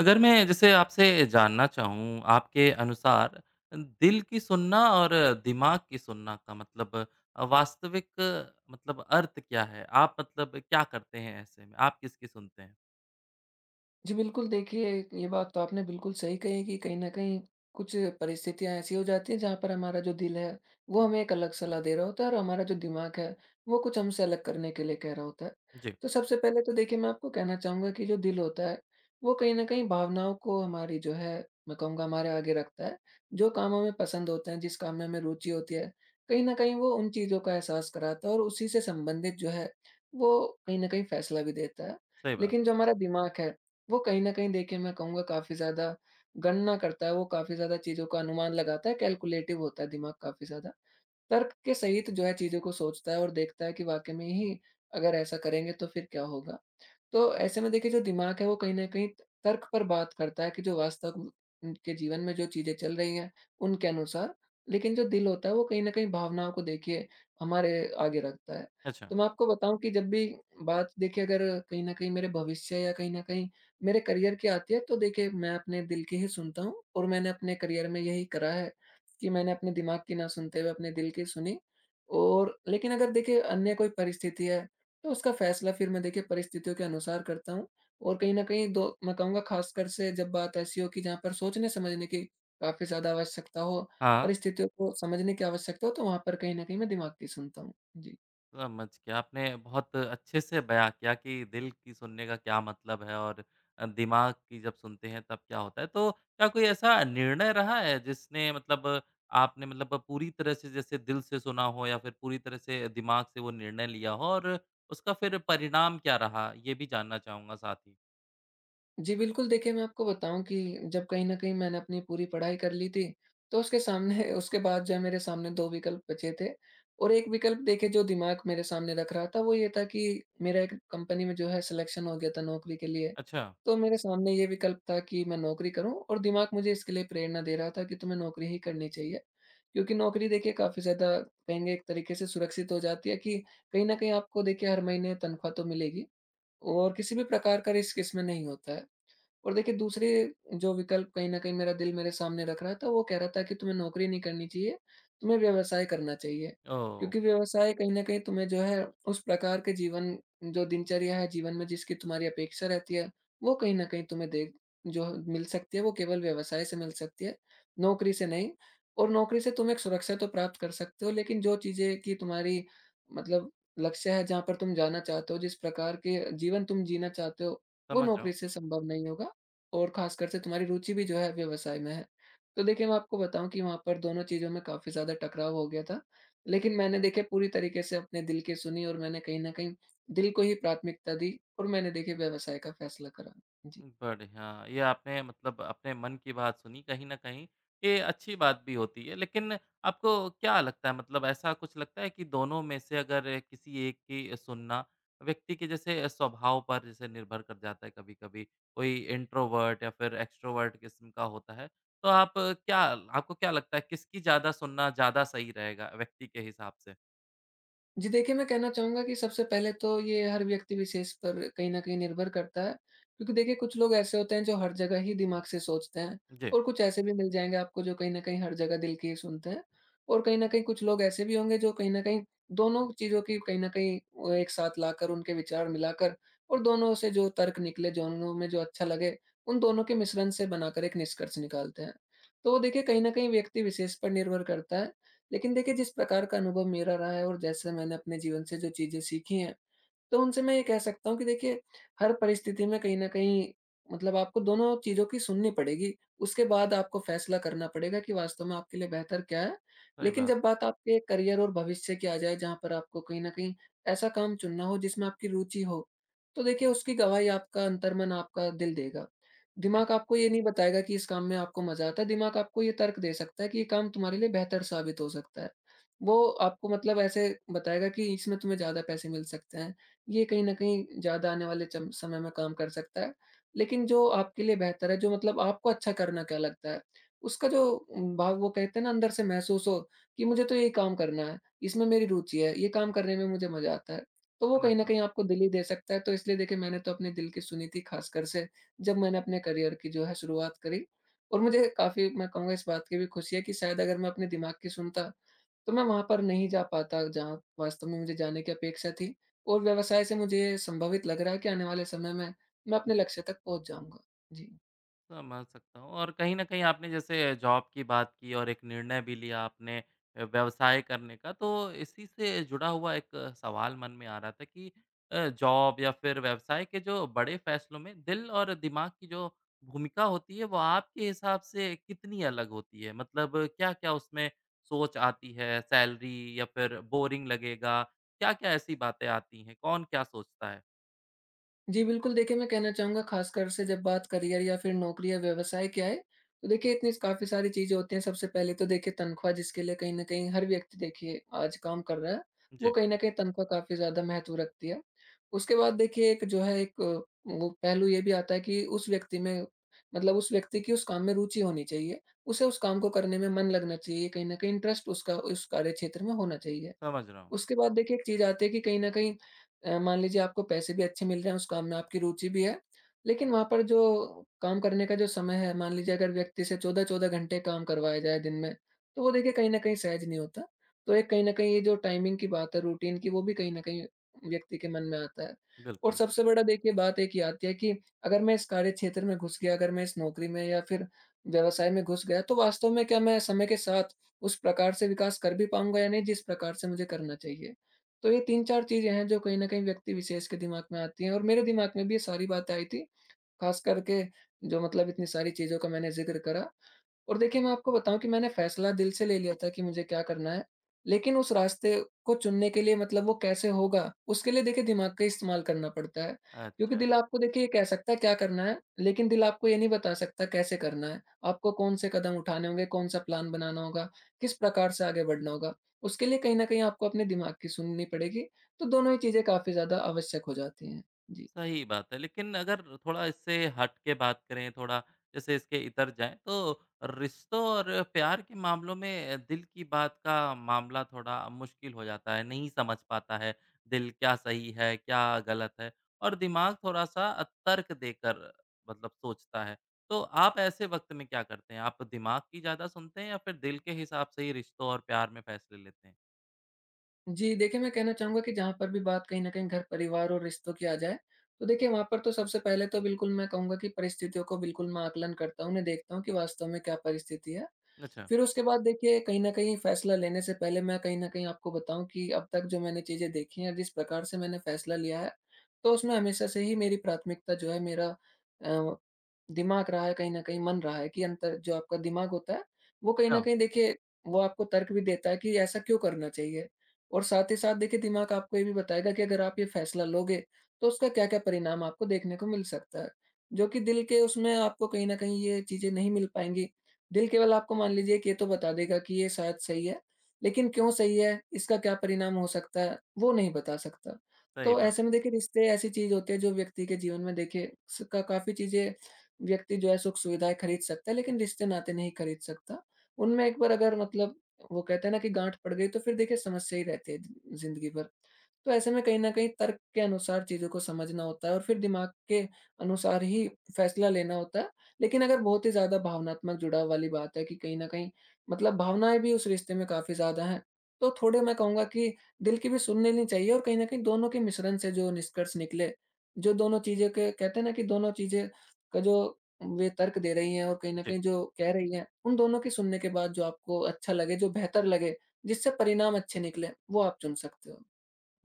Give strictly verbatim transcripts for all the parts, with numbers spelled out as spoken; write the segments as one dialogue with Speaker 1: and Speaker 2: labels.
Speaker 1: अगर मैं जैसे आपसे जानना चाहूँ, आपके अनुसार दिल की सुनना और दिमाग की सुनना का मतलब अ, वास्तविक मतलब अर्थ क्या है? आप मतलब क्या करते हैं ऐसे में? आप किसकी सुनते हैं?
Speaker 2: जी, बिल्कुल देखिए, ये बात तो आपने बिल्कुल सही कही है कि कहीं न कहीं कुछ परिस्थितियाँ ऐसी हो जाती हैं जहाँ पर हमारा जो दिल है, वो हमें एक अलग सलाह दे रहा होता है और हमारा जो दिमाग है, वो कुछ हमसे अलग करने के लिए कह रहा होता है।
Speaker 1: जी।
Speaker 2: तो सबसे पहले तो देखिए मैं आपको कहना चाहूँगा कि जो दिल होता है, वो कहीं न कहीं भावनाओं को हमारी जो है, मैं कहूँगा हमारे आगे रखता है। जो काम हमें पसंद होते हैं, जिस काम में हमें रुचि होती है, कहीं न कहीं वो उन चीज़ों का एहसास कराता है और उसी से संबंधित जो है, वो कहीं न कहीं फैसला भी देता है।
Speaker 1: सही बात।
Speaker 2: लेकिन जो हमारा दिमाग है, वो कहीं न कहीं देखिए मैं कहूँगा काफ़ी ज़्यादा गणना करता है, वो काफ़ी ज़्यादा चीज़ों का अनुमान लगाता है, कैलकुलेटिव होता है दिमाग काफ़ी ज़्यादा। तर्क के सहित जो है चीज़ों को सोचता है और देखता है कि वाक़ई में ही अगर ऐसा करेंगे तो फिर क्या होगा? तो ऐसे में देखिए जो दिमाग है, वो कहीं न कहीं तर्क पर बात करता है कि जो वास्तव उम, के जीवन में जो चीज़ें चल रही हैं, उनके अनुसार। लेकिन जो दिल होता है, वो कहीं न कहीं भावनाओं को देखिए हमारे आगे रखता है।
Speaker 1: अच्छा।
Speaker 2: तो मैं आपको बताऊँ कि जब भी बात देखिए अगर कहीं न कहीं मेरे भविष्य या कहीं न कहीं मेरे करियर की आती है, तो देखिए मैं अपने दिल की ही सुनता हूँ और मैंने अपने करियर में यही करा है कि मैंने अपने दिमाग की ना सुनते हुए अपने दिल की सुनी। और लेकिन अगर देखिए अन्य कोई परिस्थिति है, तो उसका फ़ैसला फिर मैं देखिए परिस्थितियों के अनुसार करता हूँ और कहीं न कहीं दो मैं कहूँगा ख़ासकर से जब बात ऐसी हो कि जहाँ पर सोचने-समझने की काफ़ी ज़्यादा आवश्यकता हो,
Speaker 1: हाँ।
Speaker 2: परिस्थितियों को समझने की आवश्यकता हो, तो वहाँ पर कहीं न कहीं मैं दिमाग की सुनता हूँ। जी।
Speaker 1: समझ गया। आपने बहुत अच्छे से बयाँ किया कि दिल की सुनने का क्या मतलब है और अ, दिमाग की जब सुनते हैं तब क्या होता है। तो क्या कोई ऐसा निर्णय रहा है जिसने मतलब आपने मतलब पूरी तरह से जैसे दिल से सुना हो या फिर पूरी तरह से दिमाग से वो निर्णय लिया हो और उसका फिर परिणाम क्या रहा? ये भी जानना चाहूँगा साथ ही।
Speaker 2: जी, बिल्कुल देखिए, मैं आपको बताऊँ कि जब कहीं न कहीं मैंने अपनी पूरी पढ़ाई कर ली थी, तो उसके सामने उसके बाद जो है मेरे सामने दो विकल्प बचे थे और एक विकल्प देखिए जो दिमाग मेरे सामने रख रहा था, वो ये था कि मेरा एक कंपनी में जो है सिलेक्शन हो गया था नौकरी के लिए।
Speaker 1: अच्छा।
Speaker 2: तो मेरे सामने ये विकल्प था कि मैं नौकरी करूँ और दिमाग मुझे इसके लिए प्रेरणा दे रहा था कि तुम्हें नौकरी ही करनी चाहिए। क्योंकि नौकरी देखिए काफ़ी ज़्यादा कहेंगे एक तरीके से सुरक्षित हो जाती है कि कहीं न कहीं आपको देखिए हर महीने तनख्वाह तो मिलेगी और किसी भी प्रकार का रिस्क इसमें नहीं होता है। और देखिए दूसरे जो विकल्प कहीं न कहीं मेरा दिल मेरे सामने रख रहा था, वो कह रहा था कि तुम्हें नौकरी नहीं करनी चाहिए, तुम्हें व्यवसाय करना चाहिए।
Speaker 1: ओह!
Speaker 2: क्योंकि व्यवसाय कहीं न कहीं तुम्हें जो है उस प्रकार के जीवन जो दिनचर्या है, जीवन में जिसकी तुम्हारी अपेक्षा रहती है, वो कहीं न कहीं तुम्हें दे जो मिल सकती है, वो केवल व्यवसाय से मिल सकती है, नौकरी से नहीं। और नौकरी से तुम एक सुरक्षा तो प्राप्त कर सकते हो, लेकिन जो चीज़ें कि तुम्हारी मतलब लक्ष्य है, जहाँ पर तुम जाना चाहते हो, जिस प्रकार के जीवन तुम जीना चाहते हो, वो
Speaker 1: समझ रहा
Speaker 2: नौकरी
Speaker 1: हूँ।
Speaker 2: से संभव नहीं होगा। और ख़ासकर से तुम्हारी रुचि भी जो है व्यवसाय में है। तो देखिए मैं आपको बताऊँ कि वहाँ पर दोनों चीज़ों में काफ़ी ज़्यादा टकराव हो गया था। लेकिन मैंने देखिए पूरी तरीके से अपने दिल की सुनी और मैंने कहीं न कहीं दिल को ही प्राथमिकता दी और मैंने देखिए व्यवसाय का फ़ैसला करा। जी।
Speaker 1: बढ़िया। ये आपने मतलब अपने मन की बात सुनी कहीं न कहीं, ये अच्छी बात भी होती है। लेकिन आपको क्या लगता है मतलब ऐसा कुछ लगता है कि दोनों में से अगर किसी एक की सुनना व्यक्ति के जैसे स्वभाव पर जैसे निर्भर कर जाता है कभी-कभी, कोई इंट्रोवर्ट या फिर एक्सट्रोवर्ट किस्म का होता है। तो आप क्या आपको क्या लगता है किसकी ज़्यादा सुनना ज़्यादा सही रहेगा व्यक्ति के हिसाब से?
Speaker 2: जी देखिए, मैं कहना चाहूँगा कि सबसे पहले तो ये हर व्यक्ति विशेष पर कहीं न कहीं निर्भर करता है। क्योंकि देखिए कुछ लोग ऐसे होते हैं जो हर जगह ही दिमाग से सोचते हैं
Speaker 1: जी।
Speaker 2: और कुछ ऐसे भी मिल जाएँगे आपको जो कहीं न कहीं हर जगह दिल की ही सुनते हैं। और कहीं न कहीं कुछ लोग ऐसे भी होंगे जो कहीं न कहीं दोनों चीज़ों की कहीं न कहीं वो एक साथ लाकर उनके विचार मिलाकर और दोनों से जो तर्क निकले, दोनों में जो अच्छा लगे, उन दोनों के मिश्रण से बनाकर एक निष्कर्ष निकालते हैं। तो वो देखिए कहीं न कहीं व्यक्ति विशेष पर निर्भर करता है, लेकिन देखिए जिस प्रकार का अनुभव मेरा रहा है और जैसे मैंने अपने जीवन से जो चीज़ें सीखी हैं, तो उनसे मैं ये कह सकता हूँ कि देखिए, हर परिस्थिति में कहीं न कहीं मतलब आपको दोनों चीज़ों की सुननी पड़ेगी। उसके बाद आपको फ़ैसला करना पड़ेगा कि वास्तव में आपके लिए बेहतर क्या है।
Speaker 1: सही
Speaker 2: लेकिन
Speaker 1: बात
Speaker 2: जब
Speaker 1: है।
Speaker 2: बात आपके करियर और भविष्य की आ जाए, जहाँ पर आपको कहीं न कहीं ऐसा काम चुनना हो जिसमें आपकी रुचि हो, तो देखिए उसकी गवाही आपका अंतर्मन, आपका दिल देगा।
Speaker 1: जी।
Speaker 2: दिमाग आपको ये नहीं बताएगा कि इस काम में आपको मज़ा आता है, दिमाग आपको ये तर्क दे सकता है कि ये काम तुम्हारे लिए बेहतर साबित हो सकता है। वो आपको मतलब ऐसे बताएगा कि इसमें तुम्हें ज़्यादा पैसे मिल सकते हैं। ये कहीं न कहीं ज़्यादा आने वाले चम समय में काम कर सकता है। लेकिन जो आपके लिए बेहतर है, जो मतलब आपको अच्छा करना क्या लगता है, उसका जो उम, भाव वो कहते हैं ना अंदर से महसूस हो कि मुझे तो ये काम करना है, इसमें मेरी रुचि है, ये काम करने में मुझे मज़ा आता है। तो वो
Speaker 1: समझ
Speaker 2: कहीं न
Speaker 1: रहा
Speaker 2: कहीं
Speaker 1: हूँ।
Speaker 2: आपको दिल ही दे सकता है। तो इसलिए देखिए मैंने तो अपने दिल की सुनी थी ख़ासकर से जब मैंने अपने करियर की जो है शुरुआत करी और मुझे काफ़ी मैं कहूँगा इस बात की भी खुशी है कि शायद अगर मैं अपने दिमाग की सुनता, तो मैं वहाँ पर नहीं जा पाता जहाँ वास्तव में मुझे जाने की अपेक्षा थी और व्यवसाय से मुझे ये संभावित लग रहा है कि आने वाले समय में मैं अपने लक्ष्य तक पहुँच जाऊँगा। जी।
Speaker 1: समझ सकता हूँ और कहीं न कहीं आपने जैसे जॉब की बात की और एक निर्णय भी लिया आपने अ, व्यवसाय करने का, तो इसी से जुड़ा हुआ एक अ, सवाल मन में आ रहा था कि अ, जॉब या फिर व्यवसाय के जो बड़े फैसलों में दिल और दिमाग की जो भूमिका होती है, वो आपके हिसाब से कितनी अलग होती है? मतलब क्या-क्या उसमें सोच आती है? सैलरी या फिर बोरिंग लगेगा, क्या-क्या ऐसी बातें आती हैं? कौन क्या सोचता है?
Speaker 2: जी, बिल्कुल देखिए, मैं कहना चाहूँगा ख़ासकर से जब बात करियर या फिर नौकरी या व्यवसाय की आए, तो देखिए इतनी काफ़ी सारी चीज़ें होती हैं। सबसे पहले तो देखिए तनख्वाह जिसके लिए कहीं न कहीं हर व्यक्ति देखिए आज काम कर रहा है, वो
Speaker 1: जी।
Speaker 2: कहीं न कहीं तनख्वाह काफ़ी ज़्यादा महत्व रखती है। उसके बाद देखिए एक जो है एक अ, वो पहलू ये भी आता है कि उस व्यक्ति में मतलब उस व्यक्ति की उस काम में रुचि होनी चाहिए। उसे उस काम को करने में मन लगना चाहिए, कहीं न कहीं इंटरेस्ट उसका उस कार्यक्षेत्र में होना चाहिए।
Speaker 1: समझ रहा हूँ।
Speaker 2: उसके बाद देखिए एक चीज़ आती है कि कहीं न कहीं अ, मान लीजिए आपको पैसे भी अच्छे मिल रहे हैं, उस काम में आपकी रुचि भी है, लेकिन वहाँ पर जो काम करने का जो समय है, मान लीजिए अगर व्यक्ति से चौदह चौदह घंटे काम करवाया जाए दिन में, तो वो देखिए कहीं न कहीं सहज नहीं होता। तो एक कहीं न कहीं ये जो टाइमिंग की बात है, रूटीन की, वो भी कहीं न कहीं व्यक्ति के मन में आता है। और
Speaker 1: बिल्कुल।
Speaker 2: सबसे बड़ा देखिए बात एक ये आती है कि अगर मैं इस कार्यक्षेत्र में घुस गया, अगर मैं इस नौकरी में या फिर व्यवसाय में घुस गया, तो वास्तव में क्या मैं समय के साथ उस प्रकार से विकास कर भी पाऊँगा या नहीं जिस प्रकार से मुझे करना चाहिए। तो ये तीन चार चीज़ें हैं जो कहीं न कहीं व्यक्ति विशेष के दिमाग में आती हैं और मेरे दिमाग में भी ये सारी बातें आई थी। ख़ास करके जो मतलब इतनी सारी चीज़ों का मैंने ज़िक्र करा और देखिए, मैं आपको बताऊँ कि मैंने फैसला दिल से ले लिया था कि मुझे क्या करना है, लेकिन उस रास्ते को चुनने के लिए मतलब वो कैसे होगा, उसके लिए देखिए दिमाग का इस्तेमाल करना पड़ता है। क्योंकि
Speaker 1: अच्छा।
Speaker 2: दिल आपको देखिए ये कह सकता है क्या करना है, लेकिन दिल आपको ये नहीं बता सकता कैसे करना है। आपको कौन-से कदम उठाने होंगे, कौन-सा प्लान बनाना होगा, किस प्रकार से आगे बढ़ना होगा, उसके लिए कहीं न कहीं आपको अपने दिमाग की सुननी पड़ेगी। तो दोनों ही चीज़ें काफ़ी ज़्यादा आवश्यक हो जाती हैं। जी।
Speaker 1: सही बात है, लेकिन अगर थोड़ा इससे हट के बात करें, थोड़ा जैसे इसके इतर जाएँ, तो रिश्तों और प्यार के मामलों में दिल की बात का मामला थोड़ा मुश्किल हो जाता है, नहीं समझ पाता है, दिल क्या सही है, क्या गलत है और दिमाग थोड़ा-सा अ, तर्क देकर मतलब सोचता है। तो आप ऐसे वक़्त में क्या करते हैं? आप दिमाग की ज़्यादा सुनते हैं या फिर दिल के हिसाब से ही रिश्तों और प्यार में फ़ैसले लेते हैं?
Speaker 2: जी, देखिए मैं कहना चाहूँगा कि जहाँ पर भी बात कहीं न कहीं घर-परिवार और रिश्तों की आ जाए, तो देखिए वहाँ पर तो सबसे पहले तो बिल्कुल मैं कहूँगा कि परिस्थितियों को बिल्कुल मैं आकलन करता हूँ, उन्हें देखता हूँ कि वास्तव में क्या परिस्थिति है।
Speaker 1: अच्छा।
Speaker 2: फिर उसके बाद देखिए कहीं न कहीं फैसला लेने से पहले मैं कहीं न कहीं आपको बताऊँ कि अब तक जो मैंने चीज़ें देखी हैं, जिस प्रकार से मैंने फैसला लिया है, तो उसमें हमेशा से ही मेरी प्राथमिकता जो है मेरा अ, दिमाग रहा है कहीं न कहीं, मन रहा है कि अंतर जो आपका दिमाग होता है, वो कहीं न
Speaker 1: हाँ।
Speaker 2: कहीं देखिए वो आपको तर्क भी देता है कि ऐसा क्यों करना चाहिए? और साथ ही साथ देखिए दिमाग आपको ये भी बताएगा कि अगर आप ये फैसला लोगे, तो उसका क्या-क्या परिणाम आपको देखने को मिल सकता है। जो कि दिल के उसमें आपको कहीं न कहीं ये चीज़ें नहीं मिल पाएँगी। दिल केवल आपको मान लीजिए कि ये तो बता देगा कि ये शायद सही है, लेकिन क्यों सही है, इसका क्या परिणाम हो सकता है, वो नहीं बता सकता।
Speaker 1: सही
Speaker 2: तो
Speaker 1: बात
Speaker 2: ऐसे में
Speaker 1: है।
Speaker 2: देखिए रिश्ते ऐसी चीज़ होती है जो व्यक्ति के जीवन में देखिए स का काफ़ी चीज़ें व्यक्ति जो है सुख-सुविधाएँ खरीद सकता है, लेकिन रिश्ते-नाते नहीं खरीद सकता। उनमें एक बार अगर मतलब वो कहते हैं ना कि गाँठ पड़ गई, तो फिर देखिए समस्या ही रहती है ज़ि ज़िंदगी भर। तो ऐसे में कहीं न कहीं तर्क के अनुसार चीज़ों को समझना होता है और फिर दिमाग के अनुसार ही फैसला लेना होता है। लेकिन अगर बहुत ही ज़्यादा भावनात्मक जुड़ाव वाली बात है कि कहीं न कहीं मतलब भावनाएँ भी उस रिश्ते में काफ़ी ज़्यादा हैं, तो थोड़े मैं कहूँगा कि दिल की भी सुन लेनी चाहिए और कहीं न कहीं दोनों के मिश्रण से जो निष्कर्ष निकले, जो दोनों चीज़ें के कहते हैं ना कि दोनों चीज़ें का जो वे तर्क दे रही हैं और कहीं न
Speaker 1: जी।
Speaker 2: कहीं जो कह रही हैं, उन दोनों की सुनने के बाद जो आपको अच्छा लगे, जो बेहतर लगे, जिससे परिणाम अच्छे निकले, वो आप चुन सकते हो।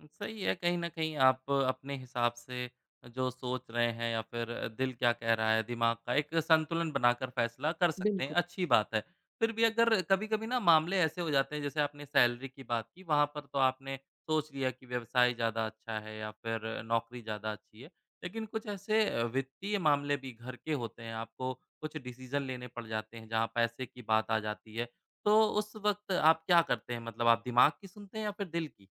Speaker 1: सही है, कहीं न कहीं आप अपने हिसाब से जो सोच रहे हैं या फिर दिल क्या कह रहा है, दिमाग का एक संतुलन बनाकर फैसला कर सकते हैं,
Speaker 2: बिल्कुल।
Speaker 1: अच्छी बात है। फिर भी अगर कभी-कभी ना मामले ऐसे हो जाते हैं जैसे आपने सैलरी की बात की, वहाँ पर तो आपने सोच लिया कि व्यवसाय ज़्यादा अच्छा है या फिर नौकरी ज़्यादा अच्छी है। लेकिन कुछ ऐसे अ, वित्तीय मामले भी घर के होते हैं, आपको कुछ डिसीज़न लेने पड़ जाते हैं जहाँ पैसे की बात आ जाती है। तो उस वक़्त आप क्या करते हैं? मतलब आप दिमाग की सुनते हैं या फिर दिल की?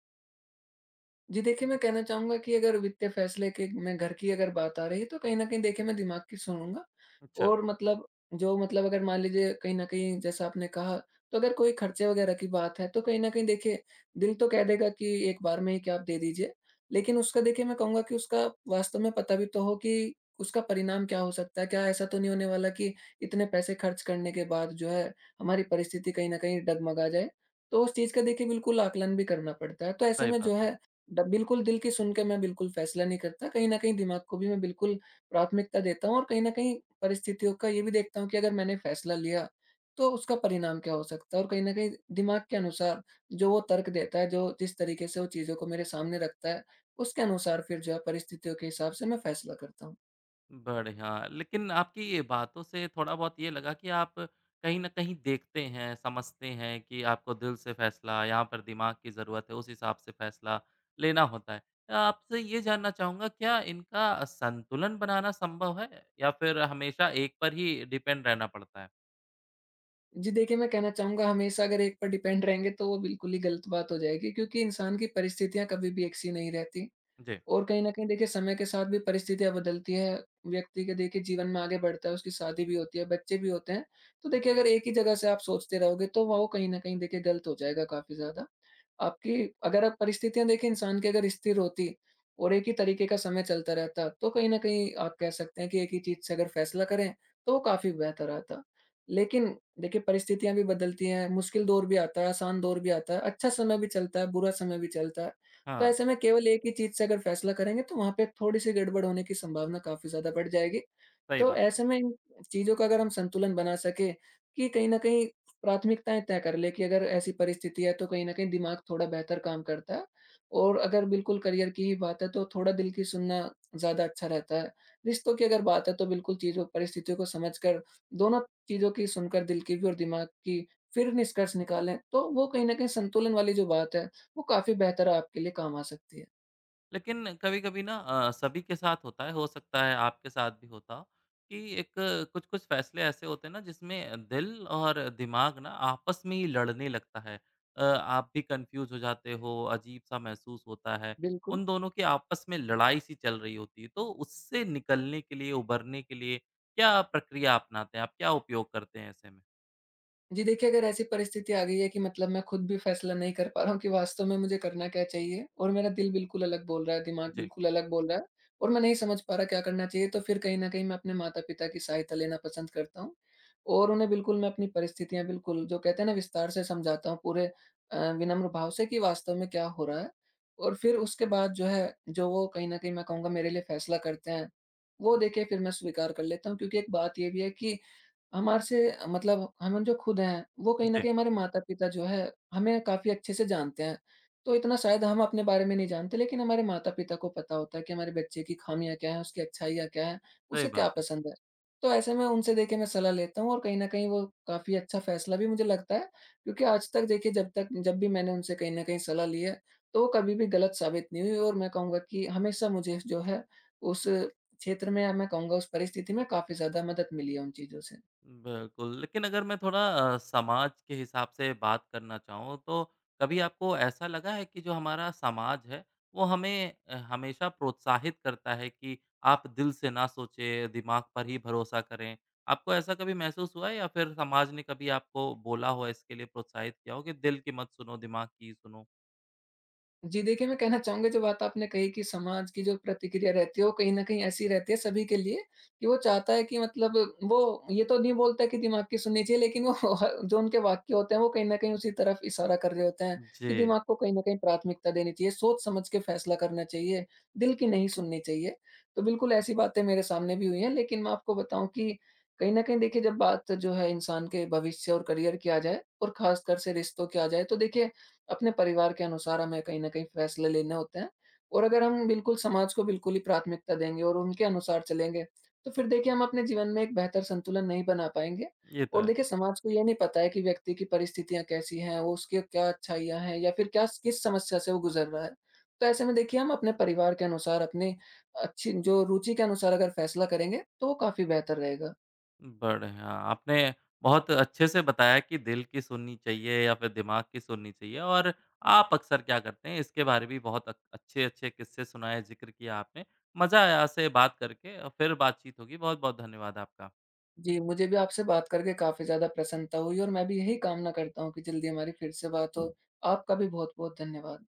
Speaker 2: जी देखिए, मैं कहना चाहूँगा कि अगर वित्तीय फैसले के में घर की अगर बात आ रही है, तो कहीं न कहीं देखिए मैं दिमाग की सुनूँगा।
Speaker 1: अच्छा।
Speaker 2: और मतलब जो मतलब अगर मान लीजिए कहीं न कहीं जैसा आपने कहा, तो अगर कोई खर्चे वग़ैरह की बात है, तो कहीं न कहीं देखिए दिल तो कह देगा कि एक बार में ही कि आप दे दीजिए। लेकिन उसका देखिए मैं कहूँगा कि उसका वास्तव में पता भी तो हो कि उसका परिणाम क्या हो सकता है? क्या ऐसा तो नहीं होने वाला कि इतने पैसे खर्च करने के बाद जो है हमारी परिस्थिति कहीं न कहीं डगमगा जाए। तो उस चीज़ का देखिए बिल्कुल आकलन भी करना पड़ता है। तो ऐसे
Speaker 1: सही
Speaker 2: में जो
Speaker 1: बात है।
Speaker 2: है ड बिल्कुल दिल की सुन के मैं बिल्कुल फैसला नहीं करता। कहीं न कहीं दिमाग को भी मैं बिल्कुल प्राथमिकता देता हूँ और कहीं न कहीं परिस्थितियों का ये भी देखता हूँ कि अगर मैंने फैसला लिया, तो उसका परिणाम क्या हो सकता है? और कहीं न कहीं दिमाग के अनुसार जो वो तर्क देता है, जो जिस तरीके से वो चीज़ों को मेरे सामने रखता है, उसके अनुसार फिर जो है परिस्थितियों के हिसाब से मैं फैसला करता हूँ।
Speaker 1: बढ़िया, लेकिन आपकी ये बातों से थोड़ा बहुत ये लगा कि आप कहीं न कहीं देखते हैं, समझते हैं कि आपको दिल से फ़ैसला, यहाँ पर दिमाग की ज़रूरत है, उस हिसाब से फ़ैसला लेना होता है। आपसे ये जानना चाहूँगा क्या इनका संतुलन बनाना संभव है या फिर हमेशा एक पर ही डिपेंड रहना पड़ता है?
Speaker 2: जी देखिए, मैं कहना चाहूँगा हमेशा अगर एक पर डिपेंड रहेंगे, तो वो बिल्कुल ही गलत बात हो जाएगी, क्योंकि इंसान की परिस्थितियाँ कभी भी एक सी नहीं रहती।
Speaker 1: जी।
Speaker 2: और कहीं न कहीं देखिए समय के साथ भी परिस्थितियाँ बदलती हैं, व्यक्ति के देखिए जीवन में आगे बढ़ता है, उसकी शादी भी होती है, बच्चे भी होते हैं। तो देखिए अगर एक ही जगह से आप सोचते रहोगे, तो वो कहीं न कहीं देखिए गलत हो जाएगा काफ़ी ज़्यादा। आपकी अगर आप परिस्थितियाँ देखें इंसान की अगर स्थिर होती और एक ही तरीके का समय चलता रहता, तो कहीं न कहीं आप कह सकते हैं कि एक ही चीज़ से अगर फैसला करें, तो वो काफ़ी बेहतर रहता। लेकिन देखिए परिस्थितियाँ भी बदलती हैं, मुश्किल दौर भी आता है, आसान दौर भी आता है, अच्छा समय भी चलता है, बुरा समय भी चलता है। तो
Speaker 1: हाँ।
Speaker 2: ऐसे में केवल एक ही चीज़ से अगर फैसला करेंगे, तो वहाँ पे थोड़ी-सी गड़बड़ होने की संभावना काफ़ी ज़्यादा बढ़ जाएगी।
Speaker 1: सही
Speaker 2: तो
Speaker 1: बात है।
Speaker 2: ऐसे में इन चीज़ों का अगर हम संतुलन बना सकें कि कहीं न कहीं प्राथमिकताएँ तय कर ले कि अगर ऐसी परिस्थिति है, तो कहीं न कहीं दिमाग थोड़ा बेहतर काम करता है और अगर बिल्कुल करियर की ही बात है, तो थोड़ा दिल की सुनना ज़्यादा अच्छा रहता है। रिश्तों की अगर बात है, तो बिल्कुल चीज़ों परिस्थितियों को समझकर दोनों चीज़ों की सुनकर दिल की भी और दिमाग की फिर निष्कर्ष निकालें, तो वो कहीं न कहीं संतुलन वाली जो बात है, वो काफ़ी बेहतर आपके लिए काम आ सकती है।
Speaker 1: लेकिन कभी-कभी ना अ, सभी के साथ होता है, हो सकता है आपके साथ भी होता हो, कि एक कुछ-कुछ फ़ैसले ऐसे होते हैं ना जिसमें दिल और दिमाग ना आपस में ही लड़ने लगता है। अ, आप भी कन्फ्यूज़ हो जाते हो, अजीब-सा महसूस होता है।
Speaker 2: बिल्कुल।
Speaker 1: उन दोनों की आपस में लड़ाई-सी चल रही होती है, तो उससे निकलने के लिए, उभरने के लिए क्या प्रक्रिया अपनाते हैं आप? क्या उपयोग करते हैं ऐसे में?
Speaker 2: जी देखिए, अगर ऐसी परिस्थिति आ गई है कि मतलब मैं खुद भी फैसला नहीं कर पा रहा हूँ कि वास्तव में मुझे करना क्या चाहिए और मेरा दिल बिल्कुल अलग बोल रहा है, दिमाग
Speaker 1: जी।
Speaker 2: बिल्कुल अलग बोल रहा है और मैं नहीं समझ पा रहा क्या करना चाहिए, तो फिर कहीं न कहीं मैं अपने माता-पिता की सहायता लेना पसंद करता हूँ और उन्हें बिल्कुल मैं अपनी परिस्थितियाँ बिल्कुल जो कहते हैं ना विस्तार से समझाता हूँ पूरे अ, विनम्र भाव से कि वास्तव में क्या हो रहा है और फिर उसके बाद जो है, जो वो कहीं न कहीं मैं कहूँगा मेरे लिए फैसला करते हैं, वो देखिए फिर मैं स्वीकार कर लेता हूँ, क्योंकि एक बात ये भी है कि हमारे से मतलब हम जो खुद हैं, वो कहीं न
Speaker 1: जी।
Speaker 2: कहीं हमारे माता-पिता जो है, हमें काफ़ी अच्छे से जानते हैं। तो इतना शायद हम अपने बारे में नहीं जानते, लेकिन हमारे माता-पिता को पता होता है कि हमारे बच्चे की ख़ामियाँ क्या हैं, उसकी अच्छाइयाँ क्या हैं,
Speaker 1: सही
Speaker 2: उसे क्या
Speaker 1: बात है।
Speaker 2: पसंद है। तो ऐसे में उनसे देखिए मैं सलाह लेता हूँ और कहीं न कहीं वो काफ़ी अच्छा फ़ैसला भी मुझे लगता है, क्योंकि आज तक देखिए जब तक जब भी मैंने उनसे कहीं न कहीं सलाह ली है, तो वो कभी भी गलत साबित नहीं हुई और मैं कहूँगा कि हमेशा मुझे जो है, उस क्षेत्र में या मैं कहूँगा उस परिस्थिति में काफ़ी ज़्यादा मदद मिली है उन चीज़ों से।
Speaker 1: बिल्कुल, लेकिन अगर मैं थोड़ा अ, समाज के हिसाब से बात करना चाहूँ, तो कभी आपको ऐसा लगा है कि जो हमारा समाज है, वो हमें अ, हमेशा प्रोत्साहित करता है कि आप दिल से ना सोचें, दिमाग पर ही भरोसा करें? आपको ऐसा कभी महसूस हुआ है या फिर समाज ने कभी आपको बोला हो इसके लिए, प्रोत्साहित किया हो कि दिल की मत सुनो, दिमाग की ही सुनो?
Speaker 2: जी, देखिए मैं कहना चाहूँगा जो बात आपने कही कि समाज की जो प्रतिक्रिया रहती है, वो कहीं न कहीं ऐसी रहती है सभी के लिए कि वो चाहता है कि मतलब वो ये तो नहीं बोलता कि दिमाग की सुननी चाहिए, लेकिन वो ह जो उनके वाक्य होते हैं, वो कहीं न कहीं उसी तरफ इशारा कर रहे होते हैं कि
Speaker 1: जी।
Speaker 2: दिमाग को कहीं न कहीं प्राथमिकता देनी चाहिए, सोच-समझ के फैसला करना चाहिए, दिल की नहीं सुननी चाहिए। तो बिल्कुल ऐसी बातें मेरे सामने भी हुई हैं, लेकिन मैं आपको बताऊँ कि कहीं न कहीं देखिए जब बात जो है इंसान के भविष्य और करियर की आ जाए और ख़ासकर से रिश्तों की आ जाए, तो देखिए अपने परिवार के अनुसार हमें कहीं न कहीं फ़ैसले लेने होते हैं और अगर हम बिल्कुल समाज को बिल्कुल ही प्राथमिकता देंगे और उनके अनुसार चलेंगे, तो फिर देखिए हम अपने जीवन में एक बेहतर संतुलन नहीं बना पाएँगे
Speaker 1: ये तो
Speaker 2: और
Speaker 1: है।
Speaker 2: देखिए समाज को ये नहीं पता है कि व्यक्ति की परिस्थितियाँ कैसी हैं, वो उसकी क्या अच्छाइयाँ हैं या फिर क्या किस समस्या से वो गुज़र रहा है। तो ऐसे में देखिए हम अपने परिवार के अनुसार अपने अच्छी जो रुचि के अनुसार अगर फ़ैसला करेंगे, तो वो काफ़ी बेहतर रहेगा।
Speaker 1: बढ़िया। आपने बहुत अच्छे से बताया कि दिल की सुननी चाहिए या फिर दिमाग की सुननी चाहिए और आप अक्सर क्या करते हैं इसके बारे भी बहुत अक- अच्छे-अच्छे किस्से सुनाए, ज़िक्र किया आपने। मज़ा आया आपसे बात करके और फिर बातचीत होगी। बहुत-बहुत धन्यवाद आपका।
Speaker 2: जी, मुझे भी आपसे बात करके काफ़ी ज़्यादा प्रसन्नता हुई और मैं भी यही कामना करता हूँ कि जल्दी हमारी फिर से बात हो। आपका भी बहुत-बहुत धन्यवाद।